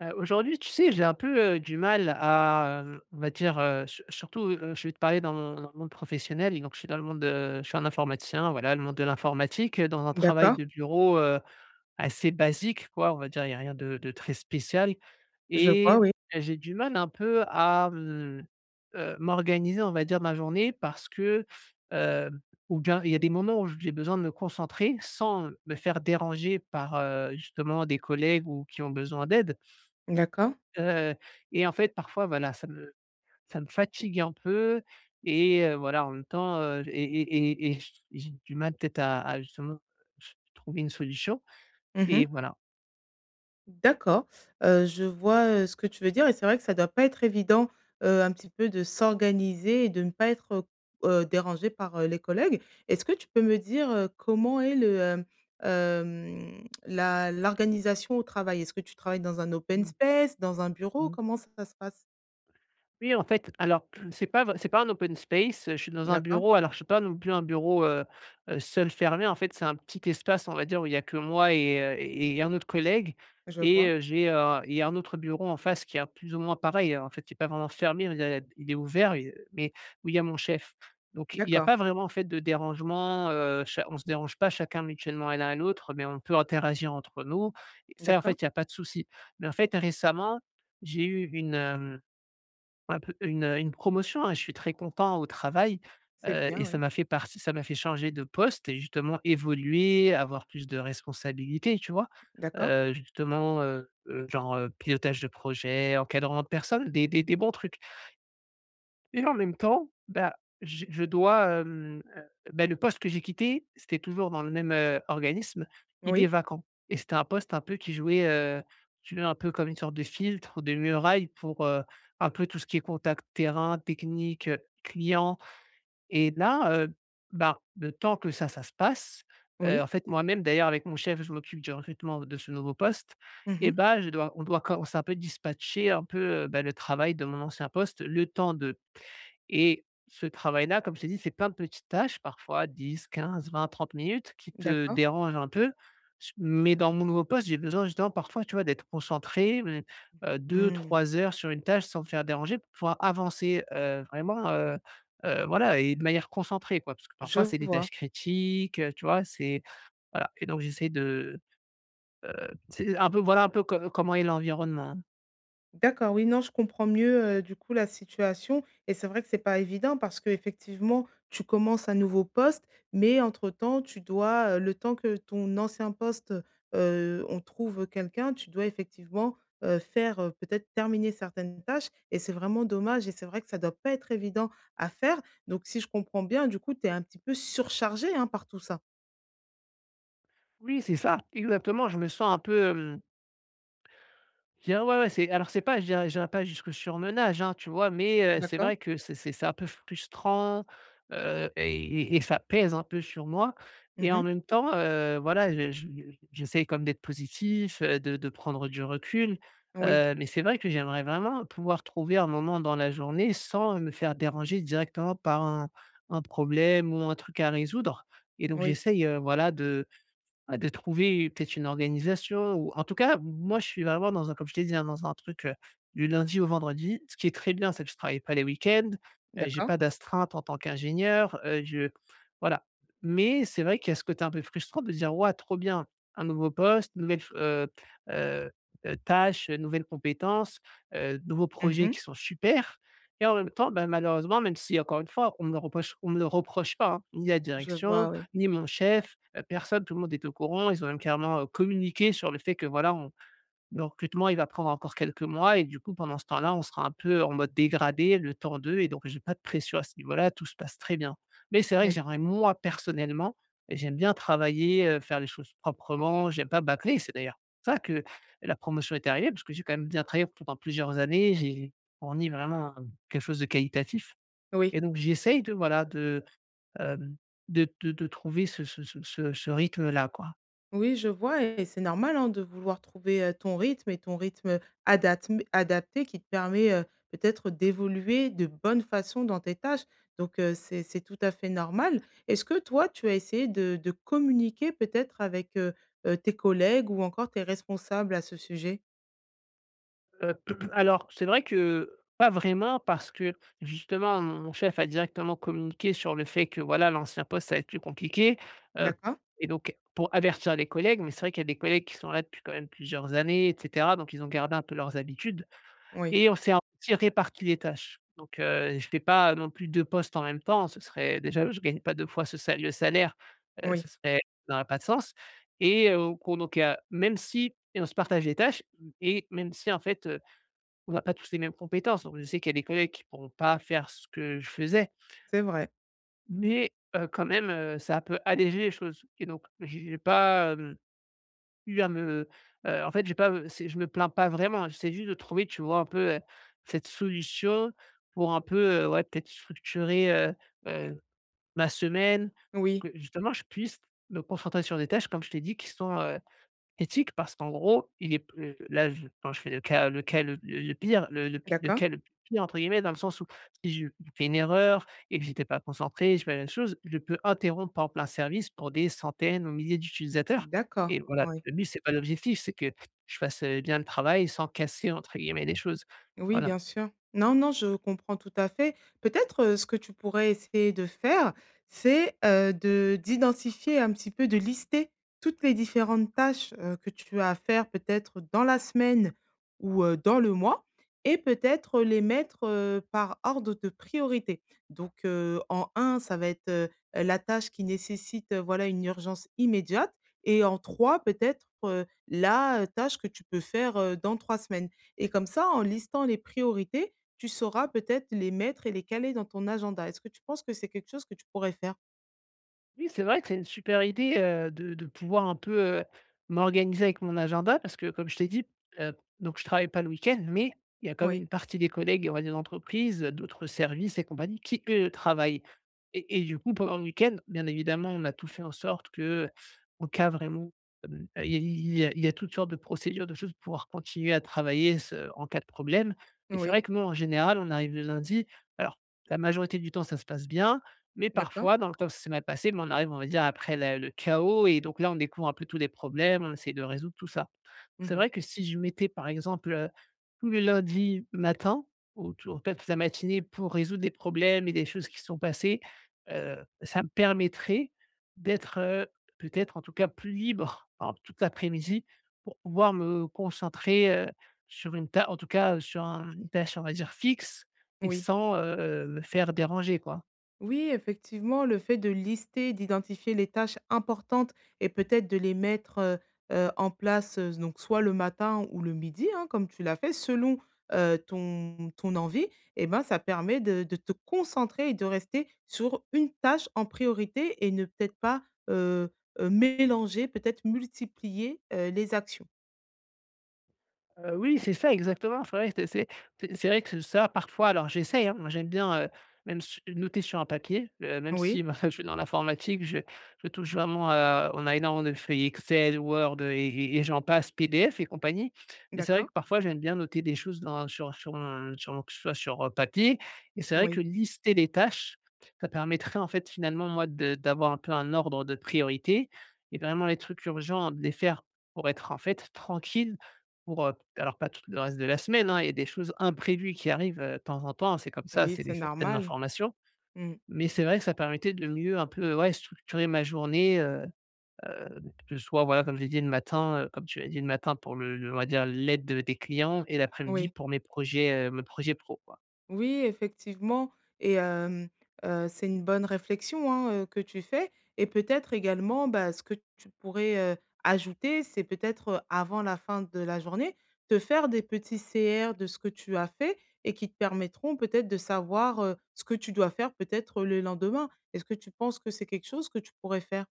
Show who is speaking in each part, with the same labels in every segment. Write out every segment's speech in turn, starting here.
Speaker 1: Aujourd'hui, tu sais, j'ai un peu, du mal à, on va dire, su surtout, je vais te parler dans mon dans le monde professionnel. Donc je suis dans le monde, je suis un informaticien, voilà, le monde de l'informatique, dans un travail
Speaker 2: D'accord,
Speaker 1: de bureau, assez basique, quoi, on va dire. Il y a rien de très spécial,
Speaker 2: je vois,
Speaker 1: et
Speaker 2: oui.
Speaker 1: j'ai du mal un peu à, m'organiser, on va dire, ma journée, parce que, hem, ou bien il y a des moments où j'ai besoin de me concentrer sans me faire déranger par, justement des collègues ou qui ont besoin d'aide.
Speaker 2: D'accord.
Speaker 1: Heu et en fait, parfois, voilà, ça me fatigue un peu, et voilà, en même temps, j'ai du mal peut-être à justement ch trouver une solution.
Speaker 2: Mmh.
Speaker 1: Et voilà.
Speaker 2: D'accord, je vois, ce que tu veux dire et c'est vrai que ça doit pas être évident, un petit peu de s'organiser et de ne pas être, dérangé par, les collègues. Est-ce que tu peux me dire, comment est le, la l'organisation au travail? Est-ce que tu travailles dans un open
Speaker 1: Mmh.
Speaker 2: space, dans un bureau?
Speaker 1: Mh.
Speaker 2: Comment ça se passe?
Speaker 1: Oui, en fait, alors c'est pas un open space, je suis dans un
Speaker 2: D'accord,
Speaker 1: bureau, alors je suis pas non plus un bureau seul fermé. En fait, c'est un petit espace, on va dire, où il y a que moi et un autre collègue,
Speaker 2: je vois.
Speaker 1: il y a un autre bureau en face qui est un plus ou moins pareil. En fait, il n'est pas vraiment fermé, il est ouvert mais où il y a mon chef. Donc il n'y a
Speaker 2: D'accord,
Speaker 1: pas vraiment, en fait, de dérangement. Cha On se dérange pas chacun mutuellement l'un à l'autre, mais on peut interagir entre nous, et ça, en
Speaker 2: d'accord,
Speaker 1: fait, il n'y a pas de souci. Mais en fait, récemment, j'ai eu une, un peu une promotion, et je suis très content au travail.
Speaker 2: c'est bien,
Speaker 1: Et
Speaker 2: oui.
Speaker 1: ça m'a fait changer de poste, et justement évoluer, avoir plus de responsabilités, tu vois?
Speaker 2: D'accord.
Speaker 1: Justement, genre, pilotage de projet, encadrement de personnes, des bons trucs. Et en même temps, bah, je je dois, hem, heu, le poste que j'ai quitté, c'était toujours dans le même, organisme. Il est
Speaker 2: Oui,
Speaker 1: vacant, et c'était un poste un peu qui jouait, tu veux, un peu comme une sorte de filtre, de muraille pour, un peu tout ce qui est contact terrain, technique, client. Et là, bah, le temps que ça se passe,
Speaker 2: oui.
Speaker 1: en fait, moi-même d'ailleurs avec mon chef, je m'occupe du recrutement de ce nouveau poste, et
Speaker 2: Mmh.
Speaker 1: bah, je dois on doit commencer un peu dispatcher un peu, le travail de mon ancien poste, le temps de… Et ce travail-là, comme je t'ai dit, c'est plein de petites tâches, parfois 10, 15, 20, 30 minutes, qui te
Speaker 2: D'accord.
Speaker 1: dérangent un peu. S Mais dans mon nouveau poste, j'ai besoin justement parfois, tu vois, d'être concentré,
Speaker 2: Mmh,
Speaker 1: 2-3 heures sur une tâche sans me faire déranger pour pouvoir avancer, vraiment. Voilà, et de manière concentrée, quoi. Parce que
Speaker 2: je
Speaker 1: parfois, c'est des
Speaker 2: vois.
Speaker 1: tâches critiques, tu vois? C'est Voilà. Et donc j'essaie de c'est un peu, voilà, un peu co comment est l'environnement.
Speaker 2: D'accord, oui, non, je comprends mieux, du coup, la situation et c'est vrai que c'est pas évident parce que effectivement tu commences un nouveau poste, mais entre-temps, tu dois, le temps que ton ancien poste, on trouve quelqu'un, tu dois effectivement, faire, peut-être terminer certaines tâches et c'est vraiment dommage et c'est vrai que ça doit pas être évident à faire. Donc si je comprends bien, du coup, tu es un petit peu surchargé hein, par tout ça?
Speaker 1: Oui, c'est ça, exactement. Je me sens un peu… Je dirais ouais, ouais, c'est alors, c'est pas, je dirais pas jusque surmenage, hein, tu vois? Mais, c'est
Speaker 2: D'accord.
Speaker 1: vrai que c'est un peu frustrant. heu et et ça pèse un peu sur moi, et en
Speaker 2: Mmh.
Speaker 1: même temps, voilà, je j'essaye quand d'être positif, de prendre du recul,
Speaker 2: Oui,
Speaker 1: mais c'est vrai que j'aimerais vraiment pouvoir trouver un moment dans la journée sans me faire déranger directement par un problème ou un truc à résoudre. Et donc
Speaker 2: oui,
Speaker 1: j'essaye, voilà, de trouver peut-être une organisation, ou en tout cas, moi, je suis vraiment dans un, comme je t'ai dit, hein, dans un truc, du lundi au vendredi. Ce qui est très bien, c'est que je travaille pas les week-ends, j'ai
Speaker 2: d'accord.
Speaker 1: pas d'astreinte en tant qu'ingénieur, je voilà. Mais c'est vrai qu'il y a ce côté un peu frustrant de dire: «Ouais, trop bien, un nouveau poste, nouvelle f heu tâche, nouvelles compétences, nouveaux projets
Speaker 2: Mmh.
Speaker 1: qui sont super». Et en même temps, bah, malheureusement, même si encore une fois, on me le reproche pas, hein, ni la
Speaker 2: Je vois,
Speaker 1: direction,
Speaker 2: oui.
Speaker 1: ni mon chef, personne, tout le monde est au courant. Ils ont même carrément, communiqué sur le fait que voilà, on le recrutement, il va prendre encore quelques mois, et du coup, pendant ce temps-là, on sera un peu en mode dégradé, le temps d'eux. Et donc j'ai pas de pression à ce niveau-là, tout se passe très bien. Mais c'est vrai que
Speaker 2: Oui,
Speaker 1: j'aimerais, moi, personnellement, et j'aime bien travailler, faire les choses proprement, j'aime pas bâcler. C'est d'ailleurs pour ça que la promotion est arrivée, parce que j'ai quand même bien travaillé pendant plusieurs années, j'ai fourni vraiment, quelque chose de qualitatif.
Speaker 2: oui.
Speaker 1: Et donc j'essaye de, voilà, Hem, de trouver ce rythme-là, quoi.
Speaker 2: Oui, je vois et c'est normal, hein, de vouloir trouver, ton rythme et ton rythme adatm adapté qui te permet, peut-être d'évoluer de bonne façon dans tes tâches. Donc, c'est tout à fait normal. Est-ce que toi, tu as essayé de communiquer peut-être avec, tes collègues ou encore tes responsables à ce sujet?
Speaker 1: Heu, alors, c'est vrai que pas vraiment, parce que justement mon chef a directement communiqué sur le fait que voilà, l'ancien poste ça va être plus compliqué, heu
Speaker 2: D'accord?
Speaker 1: et donc pour avertir les collègues. Mais c'est vrai qu'il y a des collègues qui sont là depuis quand même plusieurs années et cetera, donc ils ont gardé un peu leurs habitudes,
Speaker 2: Oui,
Speaker 1: et on s'est un petit réparti les tâches. Donc, je fais pas non plus 2 postes en même temps, ce serait déjà, je gagne pas 2 fois ce sa le salaire,
Speaker 2: oui,
Speaker 1: ce serait… ça aurait pas de sens. Et qu'on Donc, même si, on se partage les tâches, et même si en fait, on n'a pas tous les mêmes compétences. Donc, je sais qu'il y a des collègues qui pourront pas faire ce que je faisais,
Speaker 2: c'est vrai.
Speaker 1: mais quand même, ça peut alléger les choses, et donc j'ai pas, eu à me, en fait, j'ai pas, c'est, je me plains pas vraiment. J'essaie juste de trouver, tu vois, un peu, cette solution pour un peu, ouais, peut-être structurer, heu, ma semaine,
Speaker 2: Oui.
Speaker 1: pour que justement je puisse me concentrer sur des tâches, comme je t'ai dit, qui sont éthique. Parce qu'en gros, il est p là, je quand je fais
Speaker 2: D'accord,
Speaker 1: le «pire» entre guillemets, dans le sens où si je fais une erreur et que j'étais pas concentré, je fais la même chose, je peux interrompre par exemple un service pour des centaines ou milliers d'utilisateurs.
Speaker 2: d'accord,
Speaker 1: Et voilà,
Speaker 2: oui.
Speaker 1: le but, c'est pas l'objectif, c'est que je fasse, bien le travail sans «casser» entre guillemets les choses.
Speaker 2: Oui,
Speaker 1: Voilà.
Speaker 2: bien sûr. Non, non, je comprends tout à fait. Peut-être, ce que tu pourrais essayer de faire, c'est, de d'identifier un petit peu, de lister toutes les différentes tâches, que tu as à faire peut-être dans la semaine ou, dans le mois et peut-être les mettre, par ordre de priorité. Donc, en un, ça va être, la tâche qui nécessite, voilà, une urgence immédiate et en 3, peut-être, la, tâche que tu peux faire, dans 3 semaines. Et comme ça, en listant les priorités, tu sauras peut-être les mettre et les caler dans ton agenda. Est-ce que tu penses que c'est quelque chose que tu pourrais faire?
Speaker 1: Oui, c'est vrai que c'est une super idée, de pouvoir un peu, m'organiser avec mon agenda, parce que, comme je t'ai dit, heu, donc je travaille pas le week-end, mais il y a quand même
Speaker 2: Oui,
Speaker 1: une partie des collègues, on va dire, d'entreprises, d'autres services et compagnie, qui, eux, travaillent. Et du coup, pendant le week-end, bien évidemment, on a tout fait en sorte que, en cas vraiment, il y a il y a il y a toutes sortes de procédures, de choses pour pouvoir continuer à travailler ce en cas de problème. Et c'est
Speaker 2: oui,
Speaker 1: vrai que nous, en général, on arrive le lundi. Alors la majorité du temps, ça se passe bien, mais
Speaker 2: d'accord.
Speaker 1: parfois, dans le temps, que ça s'est mal passé, mais on arrive, on va dire, après la le chaos. Et donc là, on découvre un peu tous les problèmes, on essaie de résoudre tout ça. C'est
Speaker 2: Mmh.
Speaker 1: vrai que si je mettais, par exemple, tous le lundi matin, ou tout en fait, toute la matinée pour résoudre des problèmes et des choses qui sont passées, ça me permettrait d'être, peut-être, en tout cas, plus libre, par exemple, toute l'après-midi, pour pouvoir me concentrer, sur une tâche, en tout cas, sur un une tâche, on va dire, fixe, et
Speaker 2: Oui.
Speaker 1: sans, me faire déranger, quoi.
Speaker 2: Oui, effectivement, le fait de lister, d'identifier les tâches importantes et peut-être de les mettre, en place, donc soit le matin ou le midi, hein, comme tu l'as fait selon, ton ton envie et ben, ça permet de te concentrer et de rester sur une tâche en priorité et ne peut-être pas, heu mélanger, peut-être multiplier, les actions.
Speaker 1: Oui, c'est ça exactement. C'est vrai que c'est, c'est vrai que ça parfois, alors j'essaie. Hein, moi j'aime bien, même su noter sur un papier, même si
Speaker 2: Oui,
Speaker 1: moi je suis dans l'informatique, je touche vraiment à, on a énormément de feuilles Excel, Word et j'en passe, PDF et compagnie. Mais c'est vrai
Speaker 2: d'accord.
Speaker 1: que parfois j'aime bien noter des choses dans sur sur mon que ce soit sur, papier, et c'est vrai que
Speaker 2: Oui,
Speaker 1: lister les tâches, ça permettrait en fait finalement, moi, de d'avoir un peu un ordre de priorité, et vraiment les trucs urgents, de les faire pour être en fait tranquille, pour, alors pas tout le reste de la semaine, hein, il y a des choses imprévues qui arrivent, de temps en temps, hein, c'est comme ça,
Speaker 2: oui,
Speaker 1: c'est
Speaker 2: c'est
Speaker 1: des fontaines
Speaker 2: normal.
Speaker 1: d'informations.
Speaker 2: Mmh.
Speaker 1: Mais c'est vrai que ça permettait de mieux un peu, ouais, structurer ma journée, que ce soit, voilà, comme j'ai dit, le matin, comme tu l'as dit, le matin pour le on va dire l'aide, des clients, et l'après-midi
Speaker 2: Oui.
Speaker 1: pour mes projets pro, quoi.
Speaker 2: Oui, effectivement et c'est une bonne réflexion, hein, que tu fais et peut-être également, bah, ce que tu pourrais, ajouter, c'est peut-être, avant la fin de la journée, te faire des petits CR de ce que tu as fait et qui te permettront peut-être de savoir, ce que tu dois faire peut-être le lendemain. Est-ce que tu penses que c'est quelque chose que tu pourrais faire?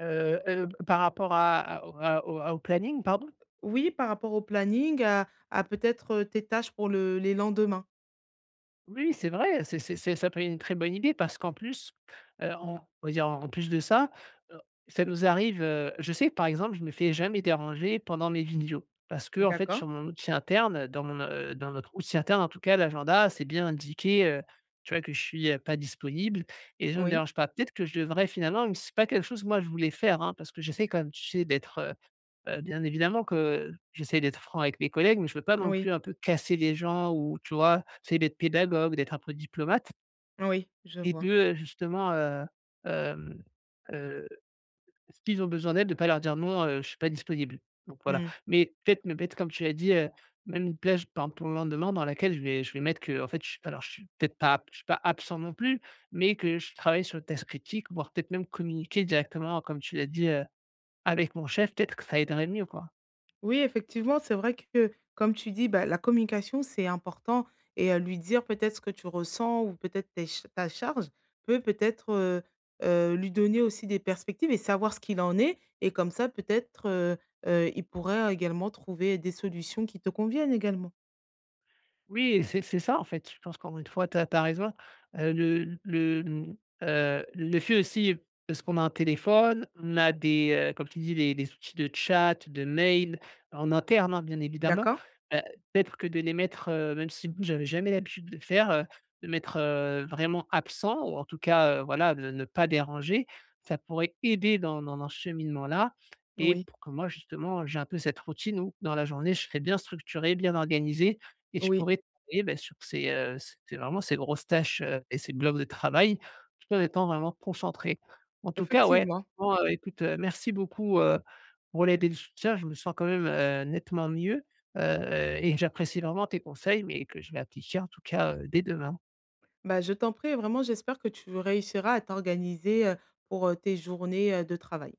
Speaker 1: Par rapport à au à au à au planning, pardon?
Speaker 2: Oui, par rapport au planning, à peut-être, tes tâches pour le les lendemains.
Speaker 1: Oui, c'est vrai, c'est ça peut être une très bonne idée, parce qu'en plus, en on va dire en plus de ça, heu, ça nous arrive, je sais que par exemple, je me fais jamais déranger pendant mes vidéos parce que, en fait
Speaker 2: D'accord.
Speaker 1: sur mon outil interne, dans dans notre outil interne en tout cas, l'agenda, c'est bien indiqué, tu vois que je suis, pas disponible, et je ne me
Speaker 2: Oui,
Speaker 1: dérange pas. Peut-être que je devrais finalement, mais c'est pas quelque chose que moi je voulais faire, hein, parce que j'essaie quand même, tu sais, d'être… bien évidemment que j'essaie d'être franc avec mes collègues, mais je veux pas non
Speaker 2: oui,
Speaker 1: plus un peu casser les gens, ou tu vois? J'essaie d'être pédagogue, d'être un peu diplomate,
Speaker 2: oui, je
Speaker 1: et
Speaker 2: vois.
Speaker 1: de, justement, hem, heu, s'ils ont besoin d'aide, de pas leur dire: «Non, je suis pas disponible». Donc voilà.
Speaker 2: Mmh.
Speaker 1: Mais peut-être me mettre, comme tu as dit, même une plage, par exemple, pour le lendemain, dans laquelle je vais mettre qu'en fait, je suis peut-être pas, je suis pas absent non plus, mais que je travaille sur le test critique, voire peut-être même communiquer directement, comme tu l'as dit, avec mon chef, peut-être que ça aiderait mieux, quoi.
Speaker 2: Oui, effectivement, c'est vrai que, comme tu dis, bah, la communication, c'est important et lui dire peut-être ce que tu ressens ou peut-être tes ch ta charge peut peut-être, lui donner aussi des perspectives et savoir ce qu'il en est et comme ça peut-être, il pourrait également trouver des solutions qui te conviennent également.
Speaker 1: Oui, et c'est ça en fait, je pense qu'encore une fois tu as raison. Heu, le le, mmh, le fait aussi, parce qu'on a un téléphone, on a des, comme tu dis, des outils de chat, de mail en interne, hein, bien évidemment.
Speaker 2: D'accord?
Speaker 1: Heu, Peut-être que de les mettre, même si j'avais jamais l'habitude de le faire, de mettre, vraiment absent, ou en tout cas, voilà, de ne pas déranger, ça pourrait aider dans ce cheminement-là, et
Speaker 2: Oui,
Speaker 1: pour que moi justement j'ai un peu cette routine où dans la journée je serais bien structuré, bien organisé, et je
Speaker 2: oui,
Speaker 1: pourrais travailler, beh, sur ces, c'est vraiment ces grosses tâches, et ces blocs de travail, tout en étant vraiment concentré. En tout cas, ouais,
Speaker 2: effectivement.
Speaker 1: franchement, écoute, merci beaucoup, pour l'aide et le soutien. Je me sens quand même, nettement mieux, et j'apprécie vraiment tes conseils, mais que je vais appliquer en tout cas, dès demain.
Speaker 2: Bah, je t'en prie vraiment j'espère que tu réussiras à t'organiser, pour, tes journées, de travail.